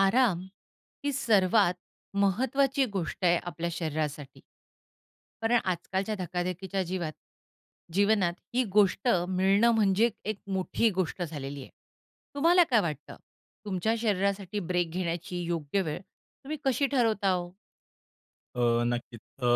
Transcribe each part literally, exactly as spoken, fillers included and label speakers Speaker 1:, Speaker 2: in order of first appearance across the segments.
Speaker 1: आराम ही सर्वात महत्त्वाची गोष्ट आहे आपल्या शरीरासाठी. कारण आजकालच्या धकाधकीच्या जीवात जीवनात ही गोष्ट मिळणं म्हणजे एक मोठी गोष्ट झालेली आहे. तुम्हाला काय वाटतं? तुमच्या शरीरासाठी ब्रेक घेण्याची योग्य वेळ तुम्ही कशी ठरवता हो?
Speaker 2: अ, नक्कीच. अ,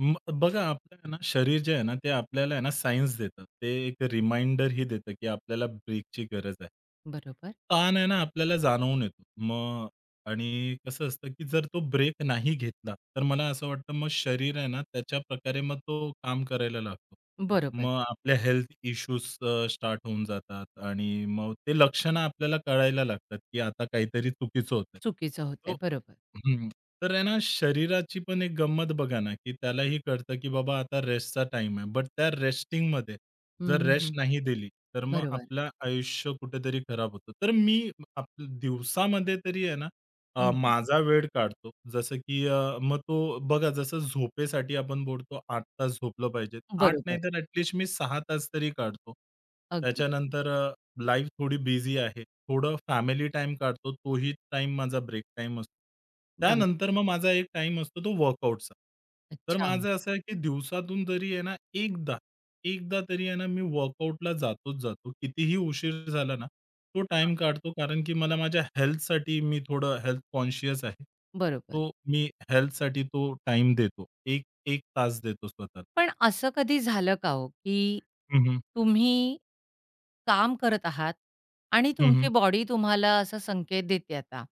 Speaker 2: म बघा आपलं आहे ना, शरीर जे आहे ना, ते आपल्याला आहे ना सायन्स देतं. ते एक रिमाइंडर ही देतं, की आपल्याला ब्रेकची गरज आहे.
Speaker 1: बरोबर.
Speaker 2: ताण आहे ना, आपल्याला जाणवून येतो. मग आणि कसं असतं, की जर तो ब्रेक नाही घेतला, तर मला असं वाटतं मग शरीर आहे ना, त्याच्या प्रकारे मग तो काम करायला लागतो.
Speaker 1: बरोबर.
Speaker 2: मग आपल्या हेल्थ इश्यूज स्टार्ट होऊन जातात आणि मग ते लक्षणं आपल्याला कळायला लागतात, की आता काहीतरी चुकीचं होतंय.
Speaker 1: चुकीचं
Speaker 2: तो
Speaker 1: होतंय. बरोबर.
Speaker 2: हं. तर आहे ना, शरीराची पण एक गंमत बघा ना, की त्यालाही कळतं, की बाबा आता रेस्टचा टाईम आहे. बट त्या रेस्टिंगमध्ये
Speaker 1: हं,
Speaker 2: जर रेस्ट
Speaker 1: हं,
Speaker 2: नाही दिली, तर मग
Speaker 1: बरोबर.
Speaker 2: आपलं आयुष्य कुठेतरी खराब होतं. तर मी आप दिवसामध्ये तरी आहे ना अ,
Speaker 1: हं,
Speaker 2: माझा वेळ काढतो. जसं की अ, मग तो बघा जसं झोपेसाठी आपण बोलतो आठ तास झोपलं पाहिजे. आठ नाही
Speaker 1: बरोबर.
Speaker 2: तर ॲट लिस्ट मी सहा तास तरी काढतो.
Speaker 1: अगदी.
Speaker 2: त्याच्यानंतर अ, लाईफ थोडी बिझी आहे. थोडं फॅमिली टाइम काढतो. तोही टाईम माझा ब्रेक टाईम असतो.
Speaker 1: बरोबर.
Speaker 2: त्यानंतर मग माझा एक टाईम असतो तो वर्कआउटचा. तर
Speaker 1: अच्छा.
Speaker 2: माझं असं आहे की दिवसातून जरी आहे ना एकदा एकदा तरी आहे ना, मी वर्कआउटला जातोच जातो. कितीही उशीर झाला ना, तो
Speaker 1: हां,
Speaker 2: टाईम
Speaker 1: हां.
Speaker 2: काढतो. कारण की मला माझ्या हेल्थसाठी मी थोडं हेल्थ कॉन्शियस आहे.
Speaker 1: बरोबर.
Speaker 2: तो मी हेल्थसाठी तो टाईम देतो. एक एक तास देतो स्वतःला.
Speaker 1: पण असं कधी झालं का हो, की
Speaker 2: हं, हं.
Speaker 1: तुम्ही काम करत आहात आणि
Speaker 2: हं, हं.
Speaker 1: तुमची बॉडी तुम्हाला असा संकेत देते आता,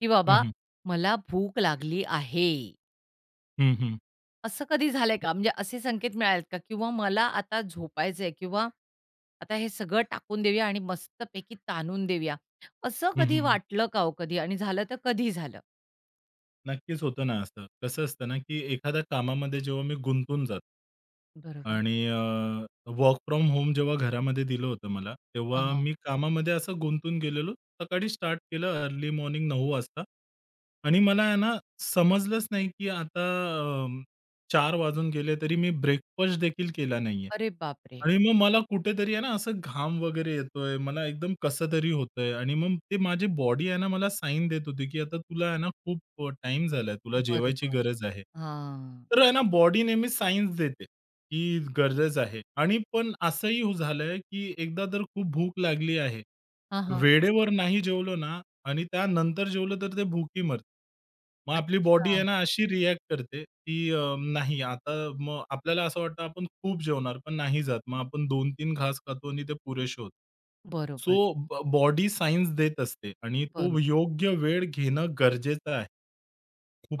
Speaker 1: की
Speaker 2: हं,
Speaker 1: बाबा
Speaker 2: हं.
Speaker 1: मला भूक लागली आहे.
Speaker 2: हं,
Speaker 1: असं कधी झालंय का? म्हणजे असे संकेत मिळालेत का? किंवा मला आता झोपायचंय किंवा आता हे सगळं टाकून देऊया आणि मस्तपैकी ताणून देऊया. असं कधी वाटलं का हो कधी? आणि झालं तर कधी झालं?
Speaker 2: नक्कीच होतं ना असं. कसं असतं ना, की एखाद्या कामामध्ये जेव्हा मी गुंतून जातो
Speaker 1: बरोबर.
Speaker 2: आणि अ, वर्क फ्रॉम होम जेव्हा घरामध्ये दिलं होतं मला,
Speaker 1: हां,
Speaker 2: तेव्हा
Speaker 1: हां.
Speaker 2: मी कामामध्ये असं गुंतून गेलेलो. सकाळी स्टार्ट केलं अर्ली मॉर्निंग नऊ वाजता आणि मला आहे ना समजलंच नाही, की आता अ, चार वाजून गेले तरी मी ब्रेकफास्ट देखील केला नाहीये.
Speaker 1: अरे बापरे!
Speaker 2: आणि मग मला कुठेतरी आहे ना असं घाम वगैरे येतोय, मला एकदम कसं तरी होतंय आणि मग ते माझी बॉडी आहे ना मला साईन देत होती, की आता तुला आहे ना खूप अ, टाईम झालाय, तुला जेवायची
Speaker 1: बरोबर.
Speaker 2: गरज आहे.
Speaker 1: हां.
Speaker 2: तर आहे ना बॉडी नेहमी सायन्स देते. ही गरजच आहे आणि पण असंही हो- झालंय, की एकदा जर खूप भूक लागली आहे,
Speaker 1: हां, हां.
Speaker 2: वेळेवर नाही जेवलो ना आणि त्यानंतर जेवलं तर ते भूकी मरते. मग आपली बॉडी
Speaker 1: अच्छा.
Speaker 2: आहे ना अशी रिएक्ट करते, की अ, नाही आता मग आपल्याला असं वाटतं आपण खूप जेवणार पण नाही जात. मग आपण दोन तीन घास खातो आणि ते पुरेसे होते.
Speaker 1: बरोबर.
Speaker 2: सो बॉडी सायन्स देत असते आणि तो
Speaker 1: बरोबर.
Speaker 2: योग्य वेळ घेणं गरजेचं आहे.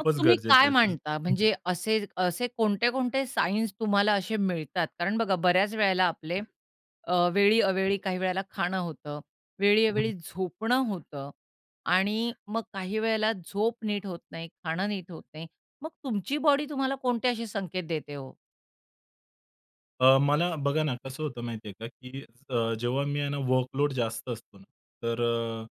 Speaker 1: मग तुम्ही
Speaker 2: गरजेचं
Speaker 1: काय
Speaker 2: आहे.
Speaker 1: मांडता?
Speaker 2: हं,
Speaker 1: म्हणजे असे असे कोणते-कोणते सायन्स तुम्हाला असे मिळतात? कारण बघा बऱ्याच वेळेला आपले अ, वेळी-अवेळी काही वेळेला खाणं होतं, हं. वेळी-अवेळी झोपणं होतं आणि मग काही वेळेला झोप नीट होत नाही, खाणं नीट होत नाही. मग तुमची बॉडी तुम्हाला कोणते असे संकेत देते हो?
Speaker 2: अ, मला बघा ना, कसं होतं माहिती का, की अ, जेव्हा मी आहे ना वर्कलोड जास्त असतो ना, तर अ,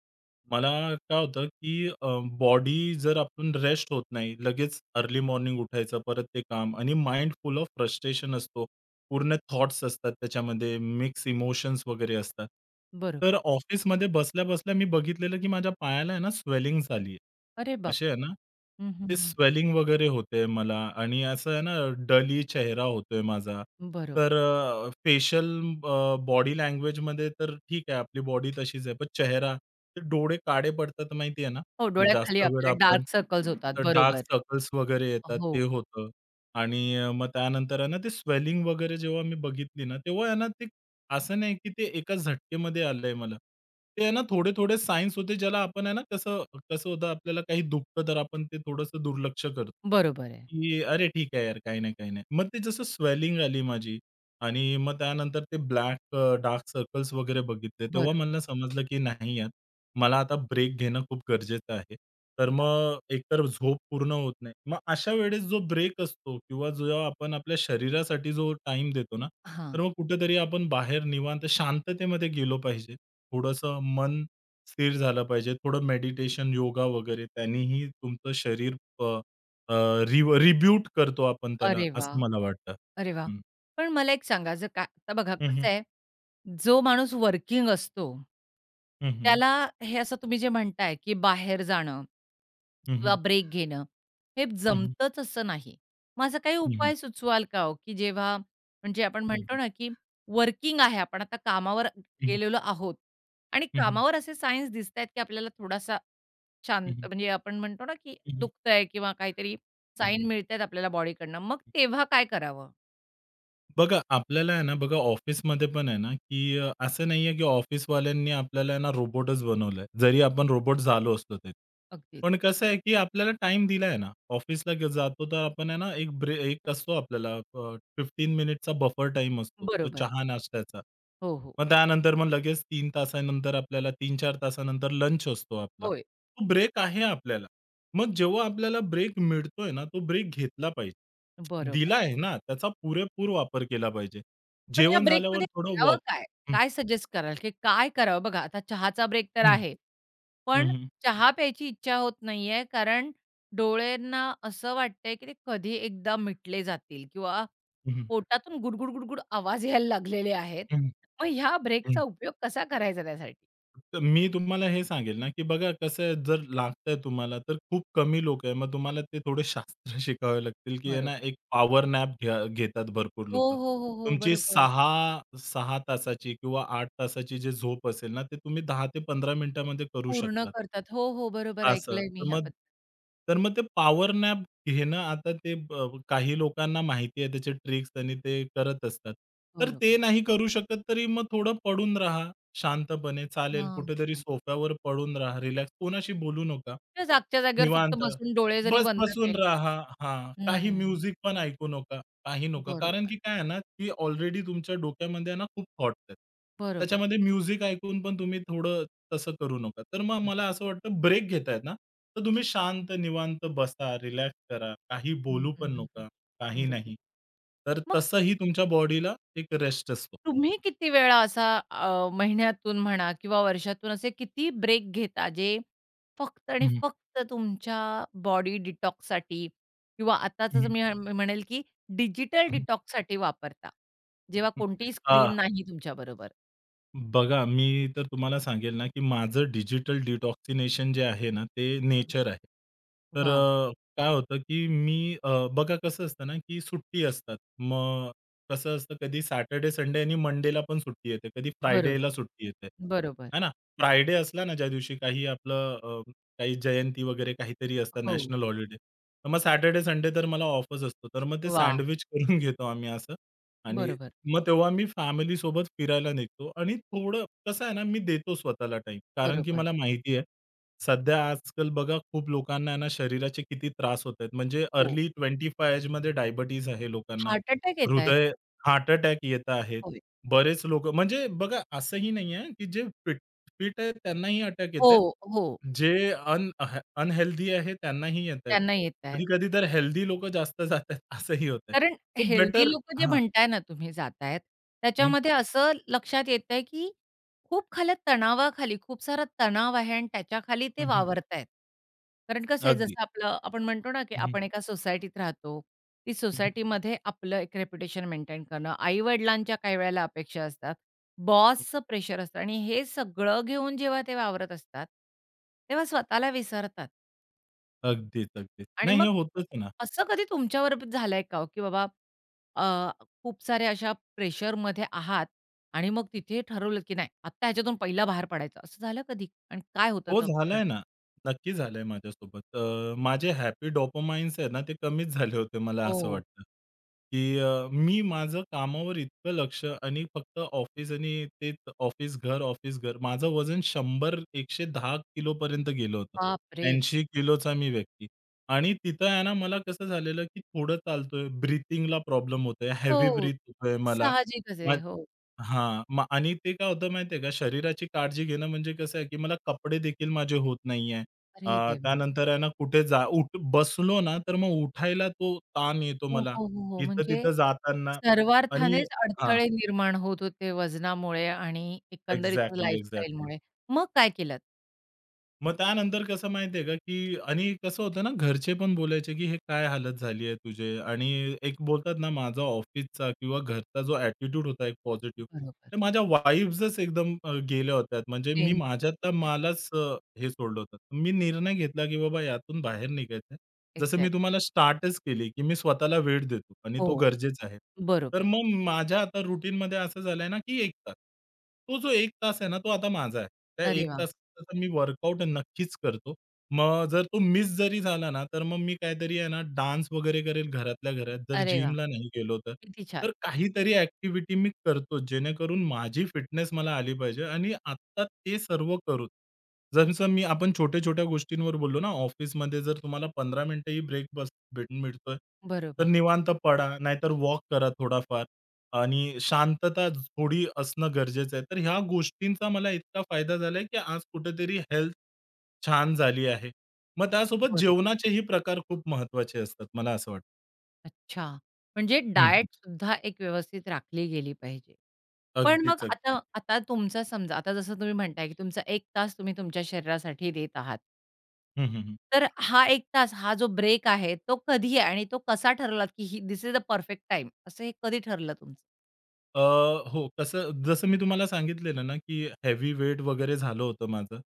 Speaker 2: मला काय होतं, की बॉडी जर आपण रेस्ट होत नाही, लगेच अर्ली मॉर्निंग उठायचं, परत ते काम आणि माइंड फुल ऑफ फ्रस्ट्रेशन असतो. पूर्ण थॉट्स असतात त्याच्यामध्ये, मिक्स इमोशन्स वगैरे असतात.
Speaker 1: बरोबर.
Speaker 2: तर ऑफिसमध्ये बसल्या-बसल्या मी बघितलेलं, की माझ्या पायाला आहे ना स्वेलिंग झाली आहे.
Speaker 1: अरे
Speaker 2: असे आहे
Speaker 1: बापरे!
Speaker 2: ना,
Speaker 1: हं, हं,
Speaker 2: ते
Speaker 1: हं.
Speaker 2: स्वेलिंग वगैरे होते मला आणि असं आहे ना डली चेहरा होतोय माझा.
Speaker 1: बरोबर.
Speaker 2: तर अ, फेशियल बॉडी लँग्वेजमध्ये तर ठीक आहे, आपली बॉडी तशीच आहे. पण चेहरा, ते डोळे काळे पडतात माहिती आहे
Speaker 1: हो,
Speaker 2: ना,
Speaker 1: डोळ्याखाली
Speaker 2: जास्त वेळ
Speaker 1: आपल्या
Speaker 2: आपण
Speaker 1: डार्क सर्कल्स होतात.
Speaker 2: डार्क
Speaker 1: बरोबर.
Speaker 2: सर्कल्स वगैरे येतात,
Speaker 1: हो,
Speaker 2: ते होतं. आणि अ, मग त्यानंतर आहे ना, ते स्वेलिंग वगैरे जेव्हा मी बघितली ना, तेव्हा आहे ना, ते असं नाही की ते एका झटकेमध्ये आलंय मला. ते आहे ना, थोडे-थोडे सायन्स होते ज्याला आपण आहे ना, कसं कसं होतं आपल्याला काही दुखतं तर आपण ते थोडंसं दुर्लक्ष करतो,
Speaker 1: बरोबर आहे.
Speaker 2: की "अरे ठीक आहे यार, काही नाही, काही नाही." मग ते जसं स्वेलिंग आली माझी आणि मग त्यानंतर ते ब्लॅक डार्क सर्कल्स वगैरे बघितले. तेव्हा
Speaker 1: बरोबर.
Speaker 2: मला समजलं की नाही यार मला आता ब्रेक घेणं खूप गरजेचं आहे. तर मग एकतर झोप पूर्ण होत नाही. मग अशा वेळेस जो ब्रेक असतो किंवा जो आपण आपल्या शरीरासाठी जो टाइम देतो ना, तर
Speaker 1: हां.
Speaker 2: मग कुठेतरी आपण बाहेर निवांत शांततेमध्ये गेलो पाहिजे. थोडंसं मन स्थिर झालं पाहिजे. थोडं मेडिटेशन, योगा वगैरे त्यांनीही तुमचं शरीर अ, अ, रिव रिब्यूट करतो आपण त्याला,
Speaker 1: अरे
Speaker 2: असं
Speaker 1: वाह!
Speaker 2: मला वाटतं.
Speaker 1: अरे वा, पण मला एक सांगा, जर का आता बघा कसं आहे, जो माणूस वर्किंग असतो, त्याला हे असं तुम्ही जे म्हणताय, की बाहेर जाणं
Speaker 2: हं,
Speaker 1: किंवा
Speaker 2: हं.
Speaker 1: ब्रेक घेणं, हे
Speaker 2: हं, हं.
Speaker 1: जमतंच असं नाही. मग असा काही
Speaker 2: हं, हं.
Speaker 1: उपाय सुचवाल का हो, की जेव्हा म्हणजे आपण
Speaker 2: हं,
Speaker 1: म्हणतो
Speaker 2: हं.
Speaker 1: ना, की वर्किंग आहे, आपण आता कामावर
Speaker 2: हं, हं.
Speaker 1: गेलेलो आहोत आणि
Speaker 2: हं, हं.
Speaker 1: कामावर असे सायन्स दिसतायत, की आपल्याला थोडासा
Speaker 2: हं,
Speaker 1: शांत म्हणजे आपण म्हणतो ना, की
Speaker 2: हं.
Speaker 1: दुखतंय किंवा काहीतरी
Speaker 2: हं, हं.
Speaker 1: साईन मिळतायत आपल्याला बॉडीकडनं, मग तेव्हा काय करावं?
Speaker 2: बघा, आपल्याला आहे ना, बघा ऑफिसमध्ये पण आहे ना, की अ, असं नाहीये की ऑफिसवाल्यांनी आपल्याला आहे ना रोबोटच बनवलंय. जरी आपण रोबोट झालो असतो तरी.
Speaker 1: अगदीच.
Speaker 2: पण कसं आहे की आपल्याला टाईम दिलाय ना. ऑफिसला जातो तर आपण आहे ना, एक ब्रे एक असतो आपल्याला अ, मिनिटचा बफर टाईम असतो. तो
Speaker 1: बरोबर.
Speaker 2: चहा-नाश्त्याचा.
Speaker 1: हो, हो.
Speaker 2: मग त्यानंतर मग लगेच तीन तासानंतर आपल्याला तीन चार तासानंतर लंच असतो आपला.
Speaker 1: होय.
Speaker 2: तो ब्रेक आहे आपल्याला. मग जेव्हा आपल्याला ब्रेक मिळतोय ना, तो ब्रेक घेतला पाहिजे.
Speaker 1: बरोबर.
Speaker 2: दिला आहे ना, त्याचा पुरेपूर वापर केला पाहिजे.
Speaker 1: पण ह्या
Speaker 2: जेवण झाल्यावर
Speaker 1: ब्रेकमध्ये
Speaker 2: थोडं
Speaker 1: करावं
Speaker 2: वॉक.
Speaker 1: काय?
Speaker 2: हं,
Speaker 1: काय सजेस्ट कराल, की काय करावं? बघा, आता चहाचा ब्रेक तर
Speaker 2: हं,
Speaker 1: आहे.
Speaker 2: हं,
Speaker 1: पण
Speaker 2: हं.
Speaker 1: चहा प्यायची इच्छा होत नाहीये, कारण डोळ्यांना असं वाटतंय, की ते कधी एकदा मिटले जातील किंवा
Speaker 2: हं,
Speaker 1: पोटातून गुडगुड, गुडगुड आवाज यायला लागलेले आहेत.
Speaker 2: हं,
Speaker 1: मग ह्या ब्रेकचा
Speaker 2: हं.
Speaker 1: उपयोग कसा करायचा त्यासाठी?
Speaker 2: तर मी तुम्हाला हे सांगेल ना, की बघा कसं आहे, जर लागतंय तुम्हाला, तर खूप कमी लोकं आहे. मग तुम्हाला ते थोडे शास्त्र शिकावे लागतील, की आहे ना,
Speaker 1: बरोबर.
Speaker 2: एक पॉवर नॅप घ्या घेतात भरपूर
Speaker 1: हो,
Speaker 2: लोकं.
Speaker 1: हो, हो, हो.
Speaker 2: तुमची
Speaker 1: बरोबर.
Speaker 2: सहा सहा तासाची किंवा आठ तासाची जी झोप असेल ना, ते तुम्ही दहा ते पंधरा मिनिटामध्ये करू
Speaker 1: पूर्ण
Speaker 2: शकतात.
Speaker 1: करतात. हो, हो. बरोबर
Speaker 2: असं.
Speaker 1: ऐकलंय
Speaker 2: तर
Speaker 1: मी
Speaker 2: मग
Speaker 1: ह्याबद्दल.
Speaker 2: तर मग ते पॉवर नॅप घेणं आता ते ब काही लोकांना माहिती आहे त्याचे ट्रिक्स आणि ते करत असतात. तर ते
Speaker 1: बरोबर.
Speaker 2: नाही करू शकत, तरी मग थोडं पडून राहा. शांतपणे चालेल,
Speaker 1: हां.
Speaker 2: कुठेतरी सोफ्यावर पडून राहा, रिलॅक्स. कोणाशी बोलू नका.
Speaker 1: त्या जागच्या जागेवर फक्त
Speaker 2: निवांत.
Speaker 1: बसून डोळे जरी
Speaker 2: बस
Speaker 1: बंद
Speaker 2: बसून
Speaker 1: केले.
Speaker 2: राहा. हां, काही
Speaker 1: हं.
Speaker 2: म्युझिक पण ऐकू नका, काही नका. कारण
Speaker 1: बरोबर,
Speaker 2: की काय आहे ना, की ऑलरेडी तुमच्या डोक्यामध्ये आहे ना खूप थॉट्स आहेत.
Speaker 1: बरोबर,
Speaker 2: त्याच्यामध्ये म्युझिक ऐकून पण तुम्ही थोडं तसं करू नका. तर मग मला
Speaker 1: बरोबर.
Speaker 2: असं वाटतं ब्रेक घेतायत ना, तर तुम्ही शांत निवांत बसा, रिलॅक्स करा. काही
Speaker 1: हं,
Speaker 2: बोलू
Speaker 1: हं,
Speaker 2: पण
Speaker 1: हं, हं.
Speaker 2: नका, काही
Speaker 1: बरोबर.
Speaker 2: नाही. तर
Speaker 1: मग
Speaker 2: तसंही तुमच्या बॉडीला एक रेस्ट असतो.
Speaker 1: तुम्ही किती वेळा असा अ, महिन्यातून म्हणा किंवा वर्षातून असे किती ब्रेक घेता जे फक्त आणि
Speaker 2: हं,
Speaker 1: फक्त तुमच्या बॉडी डिटॉक्ससाठी किंवा आताचं
Speaker 2: हं.
Speaker 1: मी मी म्हणेल, की डिजिटल
Speaker 2: हं.
Speaker 1: डिटॉक्ससाठी वापरता? जेव्हा
Speaker 2: हं.
Speaker 1: कोणतीही स्क्रीन
Speaker 2: अ,
Speaker 1: नाही तुमच्याबरोबर.
Speaker 2: बघा मी तर तुम्हाला सांगेल ना, की माझं डिजिटल डिटॉक्सिनेशन जे आहे ना, ते नेचर आहे. तर
Speaker 1: वॉव!
Speaker 2: अ, काय होतं, की मी अ, बघा कसं असतं ना, की सुट्टी असतात. मग कसं असतं कधी सॅटर्डे, संडे आणि मंडेला पण सुट्टी येते. कधी
Speaker 1: बरोबर,
Speaker 2: फ्रायडेला सुट्टी येते.
Speaker 1: बरोबर.
Speaker 2: आहे ना. फ्रायडे असला ना, ज्या दिवशी काही आपलं अ, काही जयंती वगैरे काहीतरी असतं
Speaker 1: हो.
Speaker 2: National holiday. तर मग सॅटर्डे, संडे तर मला ऑफच असतो. तर मग ते
Speaker 1: वाह!
Speaker 2: सँडविच करून घेतो आम्ही असं आणि
Speaker 1: बरोबर,
Speaker 2: मग तेव्हा मी फॅमिली सोबत फिरायला निघतो आणि थोडं कसं आहे ना, मी देतो स्वतःला टाईम. कारण की
Speaker 1: बरोबर.
Speaker 2: मला माहिती आहे, सध्या आजकाल बघा खूप लोकांना आहे ना, शरीराचे किती त्रास होत आहेत. म्हणजे
Speaker 1: हो.
Speaker 2: अर्ली पंचवीस एजमध्ये डायबिटीज आहे लोकांना.
Speaker 1: हार्ट अटॅक येत आहेत.
Speaker 2: हृदय, हार्ट अटॅक येत आहेत.
Speaker 1: होय.
Speaker 2: बरेच लोकं म्हणजे बघा असंही नाही आहे, की जे फिट फिट आहेत त्यांनाही अटॅक येत
Speaker 1: हो,
Speaker 2: आहेत.
Speaker 1: हो.
Speaker 2: जे अन अनहेल्दी आहे त्यांनाही येत आहेत.
Speaker 1: त्यांना येत आहेत.
Speaker 2: कधी-कधी तर हेल्दी लोकं जास्त जात असंही होत आहे.
Speaker 1: कारण
Speaker 2: सो बेटर
Speaker 1: हेल्दी लोकं जे
Speaker 2: हां.
Speaker 1: म्हणताय ना तुम्ही जातायत,
Speaker 2: हं.
Speaker 1: त्याच्यामध्ये असं लक्षात येतंय, की खूप खाली तणावाखाली, खूप सारा तणाव आहे आणि त्याच्याखाली ते
Speaker 2: हं,
Speaker 1: वावरतायत. कारण कसं आहे,
Speaker 2: अगदी.
Speaker 1: जसं आपलं आपण म्हणतो ना, की
Speaker 2: हं, हं.
Speaker 1: आपण एका सोसायटीत राहतो. ती
Speaker 2: हं,
Speaker 1: सोसायटीमध्ये आपलं एक रेप्युटेशन मेंटेन करणं, आई-वडिलांच्या काही वेळेला अपेक्षा असतात, बॉसचं प्रेशर असतं आणि हे सगळं घेऊन जेव्हा ते वावरत असतात, तेव्हा स्वतःला विसरतात.
Speaker 2: अगदीच, अगदीच.
Speaker 1: आणि
Speaker 2: नाही हे
Speaker 1: मग
Speaker 2: होतच ना.
Speaker 1: असं कधी तुमच्यावर झालंय का हो, की बाबा अ, खूप साऱ्या अशा प्रेशरमध्ये आहात आणि मग तिथे ठरवलं की नाही आत्ता ह्याच्यातून पहिला बाहेर पडायचं, असं झालं कधी? आणि काय होतं
Speaker 2: हो,
Speaker 1: तो क्षण?
Speaker 2: झालंय ना. नक्की झालंय माझ्यासोबत. अ, माझे हॅपी डोपामाइन्स आहे ना, ते कमीच झाले होते मला
Speaker 1: हो.
Speaker 2: असं वाटतं, की अ, मी माझं कामावर इतकं लक्ष आणि फक्त ऑफिस आणि तेच ऑफिस, घर, ऑफिस, घर. माझं वजन शंभर एकशे दहा किलोपर्यंत गेलं होतं.
Speaker 1: बापरे!
Speaker 2: ऐंशी किलोचा मी व्यक्ती आणि तिथं आहे ना, मला कसं झालेलं, की थोडं चालतोय, ब्रीथिंगला प्रॉब्लेम होतोय, हेवी
Speaker 1: हो.
Speaker 2: ब्रीथ होतोय मला.
Speaker 1: साहजिकच आहे. हो.
Speaker 2: हां, मग आणि ते काय होतं माहिती आहे का, शरीराची काळजी घेणं म्हणजे कसं आहे, की मला कपडे देखील माझे होत नाहीये. अ,
Speaker 1: अरे देवा!
Speaker 2: त्यानंतर आहे ना कुठे जा उठ बसलो ना, तर मग उठायला तो ताण येतो
Speaker 1: हो,
Speaker 2: मला.
Speaker 1: हो, हो, हो. म्हणजे
Speaker 2: इथं-तिथं जाताना आणि
Speaker 1: सर्वार्थानेच
Speaker 2: हां,
Speaker 1: अडथळे निर्माण होत होते वजनामुळे आणि एकंदरीतच
Speaker 2: एक्झॅक्टली, एक्झॅक्टली.
Speaker 1: लाईफस्टाईलमुळे. मग काय केलत?
Speaker 2: मग त्यानंतर कसं माहितीये का, की आणि कसं होतं ना, घरचे पण बोलायचे, की "हे काय हालत झाली आहे तुझे?" आणि एक बोलतात ना, माझा ऑफिसचा किंवा घरचा जो ॲटिट्यूड होता एक पॉझिटिव्ह, ते
Speaker 1: बरोबर.
Speaker 2: माझ्या वाईब्सच एकदम अ, गेल्या होत्या. म्हणजे मी
Speaker 1: चेंज
Speaker 2: माझ्यातला
Speaker 1: केलात.
Speaker 2: मलाच अ, हे सोडलं होतं. मी निर्णय घेतला, की बाबा यातून बाहेर निघायचं जसं मी
Speaker 1: एक्झॅक्ट.
Speaker 2: तुम्हाला स्टार्टच केली, की मी स्वतःला वेळ देतो आणि तो
Speaker 1: हो.
Speaker 2: गरजेचा आहे. तर
Speaker 1: बरोबर.
Speaker 2: मग माझ्या आता रूटीनमध्ये असं झालंय ना, की एक तास. तो जो एक तास आहे ना, तो आता माझा आहे. त्या एक
Speaker 1: अरे वाह!
Speaker 2: तासाचं मी वर्कआउट नक्कीच करतो. मग जर तो मिस जरी झाला ना, तर मग मी काहीतरी आहे ना, डान्स वगैरे करेल घरातल्या घरात. जर
Speaker 1: अरे वाह!
Speaker 2: जिमला नाही गेलो तर.
Speaker 1: किती छान.
Speaker 2: तर काहीतरी ॲक्टिव्हिटी मी करतो, जेणेकरून माझी फिटनेस मला आली पाहिजे आणि आत्ता ते सर्व करून. जसं मी आपण छोट्या-छोट्या गोष्टींवर बोललो ना, ऑफिसमध्ये जर तुम्हाला पंधरा मिनिटंही ब्रेक बस भेट मिळतोय, तर
Speaker 1: बरोबर,
Speaker 2: निवांत पडा, नाहीतर वॉक करा थोडाफार आणि शांतता थोडी असणं गरजेचं आहे. तर ह्या गोष्टींचा मला इतका फायदा झालाय, की आज कुठेतरी हेल्थ छान झाली आहे. मग त्यासोबत
Speaker 1: बरोबर.
Speaker 2: जेवणाचेही प्रकार खूप महत्त्वाचे असतात, मला असं वाटतं.
Speaker 1: अच्छा. म्हणजे
Speaker 2: हं, हं.
Speaker 1: डायटसुद्धा एक व्यवस्थित राखली गेली पाहिजे. पण मग
Speaker 2: अगदीच, अगदीच.
Speaker 1: आता आता तुमचा समजा आता जसं तुम्ही म्हणताय, की तुमचा एक तास तुम्ही तुमच्या शरीरासाठी देत आहात.
Speaker 2: हं, हं, हं.
Speaker 1: तर हा एक तास हा जो ब्रेक आहे तो कधी आहे आणि तो कसा ठरवलात, की ही this is the perfect time असं हे कधी ठरलं तुमचं?
Speaker 2: अ, हो. कसं जसं मी तुम्हाला सांगितलेलं ना, की हेवी वेट वगैरे झालं होतं माझं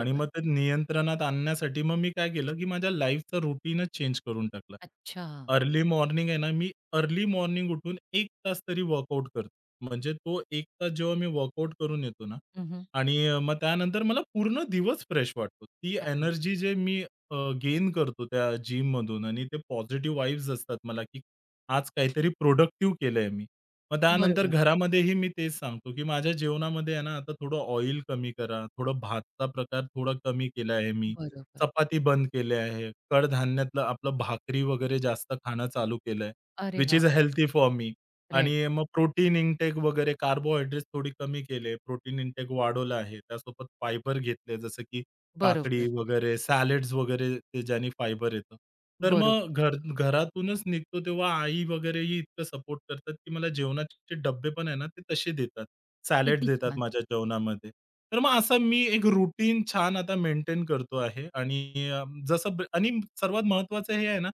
Speaker 2: आणि मग ते नियंत्रणात आणण्यासाठी मग मी काय केलं, की माझ्या लाईफचा रूटीनच चेंज करून टाकला.
Speaker 1: अच्छा.
Speaker 2: अर्ली मॉर्निंग आहे ना, मी अर्ली मॉर्निंग उठून एक तास तरी वर्कआउट करतो. म्हणजे तो एक तास जेव्हा मी वर्कआउट करून येतो ना
Speaker 1: हं,
Speaker 2: आणि अ, मग त्यानंतर मला पूर्ण दिवस फ्रेश वाटतो. ती
Speaker 1: अरे
Speaker 2: एनर्जी जे मी गेन करतो त्या जिममधून आणि ते पॉझिटिव्ह वाइब्स असतात मला, की आज काहीतरी प्रोडक्टिव्ह केलंय मी. मग त्यानंतर
Speaker 1: बरोबर,
Speaker 2: घरामध्येही मी तेच सांगतो, की माझ्या जेवणामध्ये आहे ना, आता थोडं ऑइल कमी करा. थोडं भातचा प्रकार थोडा कमी केला आहे मी.
Speaker 1: बरोबर.
Speaker 2: चपाती बंद केल्या आहे. कडधान्यातलं आपलं भाकरी वगैरे जास्त खाणं चालू केलंय,
Speaker 1: अरे
Speaker 2: व्हिच
Speaker 1: वाह!
Speaker 2: Is healthy for me.
Speaker 1: Right.
Speaker 2: आणि मग प्रोटीन इनटेक वगैरे कार्बोहायड्रेट्स थोडी कमी केले. प्रोटीन इनटेक वाढवलं आहे. त्यासोबत फायबर घेतले जसं की काकडी
Speaker 1: बरोबर,
Speaker 2: वगैरे, सॅलड्स वगैरे ते ज्याने फायबर येतं. तर
Speaker 1: बरोबर.
Speaker 2: मग घर घरातूनच निघतो तेव्हा आई वगैरेही इतकं सपोर्ट करतात, की मला जेवणाचे डब्बे पण आहे ना, ते तसे देतात. सॅलड
Speaker 1: किती
Speaker 2: देतात
Speaker 1: छान.
Speaker 2: माझ्या जेवणामध्ये. तर मग असा मी एक रुटीन छान आता मेंटेन करतो आहे आणि अ, जसं ब आणि सर्वात महत्त्वाचं हे आहे ना,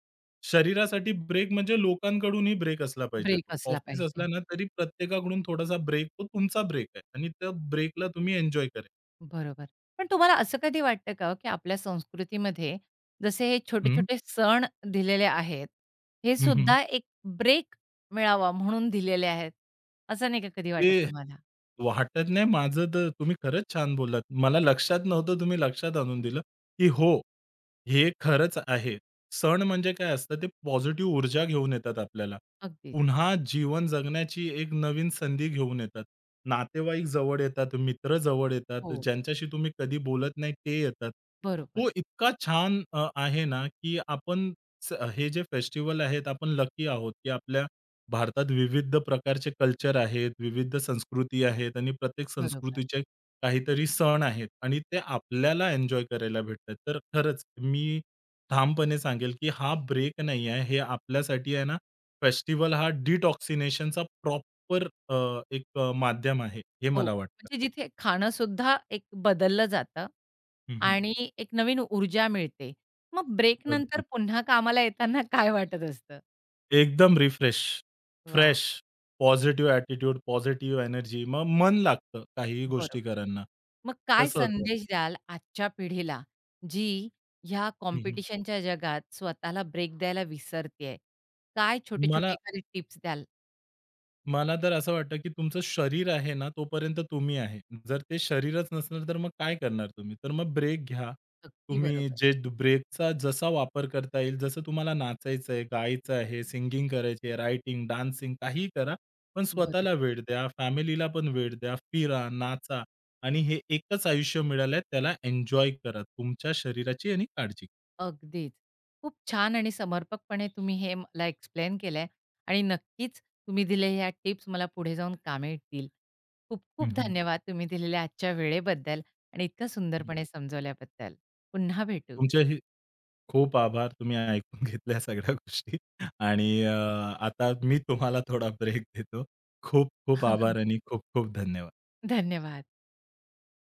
Speaker 2: शरीरासाठी ब्रेक म्हणजे लोकांकडूनही ब्रेक असला पाहिजे
Speaker 1: ब्रेक
Speaker 2: तो.
Speaker 1: असला
Speaker 2: ऑफिस असला
Speaker 1: पाहिजे.
Speaker 2: ना, तरी प्रत्येकाकडून थोडासा ब्रेक तो तुमचा ब्रेक आहे आणि त्या ब्रेकला तुम्ही एन्जॉय करा.
Speaker 1: बरोबर. पण तुम्हाला असं कधी वाटतं का हो, की आपल्या संस्कृतीमध्ये जसे हे हं.
Speaker 2: हं.
Speaker 1: छोटे-छोटे सण दिलेले आहेत, हे
Speaker 2: हं, हं.
Speaker 1: सुद्धा एक ब्रेक मिळावा म्हणून दिलेले आहेत, असं नाही का कधी
Speaker 2: ते
Speaker 1: वाटत तुम्हाला?
Speaker 2: वाटत नाही माझं तर तुम्ही खरंच छान बोललात. मला लक्षात नव्हतं तुम्ही लक्षात आणून दिलं, की हो हे खरंच आहे. सण म्हणजे काय असतं ते पॉझिटिव्ह ऊर्जा घेऊन येतात आपल्याला.
Speaker 1: अगदीच.
Speaker 2: पुन्हा जीवन जगण्याची एक नवीन संधी घेऊन येतात. नातेवाईक जवळ येतात, मित्र जवळ येतात,
Speaker 1: हो,
Speaker 2: ज्यांच्याशी तुम्ही कधी बोलत नाही ते येतात.
Speaker 1: बरोबर,
Speaker 2: तो इतका छान अ, आहे ना, की आपण स हे जे फेस्टिव्हल आहेत आपण लकी आहोत, की आपल्या भारतात विविध प्रकारचे कल्चर आहेत, विविध संस्कृती आहेत आणि प्रत्येक
Speaker 1: बरोबर.
Speaker 2: संस्कृतीच्या काहीतरी सण आहेत आणि ते आपल्याला एन्जॉय करायला भेटतात. तर खरंच मी ठामपणे सांगेल, की हा ब्रेक नाही आहे. हे आपल्यासाठी आहे ना, फेस्टिव्हल हा डिटॉक्सिनेशनचा प्रॉपर एक अ, माध्यम आहे, हे
Speaker 1: हो,
Speaker 2: मला वाटतं.
Speaker 1: म्हणजे जिथे खाणं सुद्धा एक बदललं जातं
Speaker 2: हं,
Speaker 1: आणि एक नवीन ऊर्जा मिळते. मग ब्रेकनंतर
Speaker 2: अगदी.
Speaker 1: पुन्हा कामाला येताना काय वाटत असतं?
Speaker 2: एकदम रिफ्रेश,
Speaker 1: वाह!
Speaker 2: Fresh, positive attitude, positive energy. मग मन लागतं काहीही गोष्टी
Speaker 1: बरोबर.
Speaker 2: करायला.
Speaker 1: मग काय
Speaker 2: तसंच बरोबर.
Speaker 1: संदेश द्याल आजच्या पिढीला, जी ह्या
Speaker 2: हं,
Speaker 1: कॉम्पिटिशनच्या जगात स्वतःला ब्रेक द्यायला विसरतेय? काय छोटे-छोटे
Speaker 2: मला
Speaker 1: एखादे टिप्स द्याल?
Speaker 2: मला तर असं वाटतं, की तुमचं शरीर आहे ना, तोपर्यंत तुम्ही आहे. जर ते शरीरच नसणार, तर मग काय करणार तुम्ही? तर मग ब्रेक घ्या.
Speaker 1: अगदी
Speaker 2: तुम्ही
Speaker 1: बरोबर.
Speaker 2: जे द- ब्रेकचा जसा वापर करता येईल, जसं तुम्हाला नाचायचं आहे, गायचं आहे, सिंगिंग करायची आहे, रायटिंग, डान्सिंग काहीही करा. पण
Speaker 1: बरोबर.
Speaker 2: स्वतःला वेळ द्या, फॅमिलीला पण वेळ द्या, फिरा, नाचा आणि हे एकच आयुष्य मिळालंय त्याला एन्जॉय करा. तुमच्या शरीराची आणि काळजी.
Speaker 1: अगदीच. खूप छान आणि समर्पकपणे तुम्ही हे मला एक्सप्लेन केलंय आणि नक्कीच तुम्ही दिलेल्या ह्या टिप्स मला पुढे जाऊन कामी येतील. खूप खूप
Speaker 2: हं, हं,
Speaker 1: धन्यवाद तुम्ही दिलेल्या आजच्या वेळेबद्दल आणि इतकं
Speaker 2: हं.
Speaker 1: सुंदरपणे समजवल्याबद्दल. पुन्हा भेटू.
Speaker 2: तुमच्या खूप आभार. तुम्ही ऐकून घेतल्या सगळ्या गोष्टी आणि अ, आता मी तुम्हाला थोडा ब्रेक देतो. खूप खूप आभार आणि खूप खूप धन्यवाद.
Speaker 1: धन्यवाद.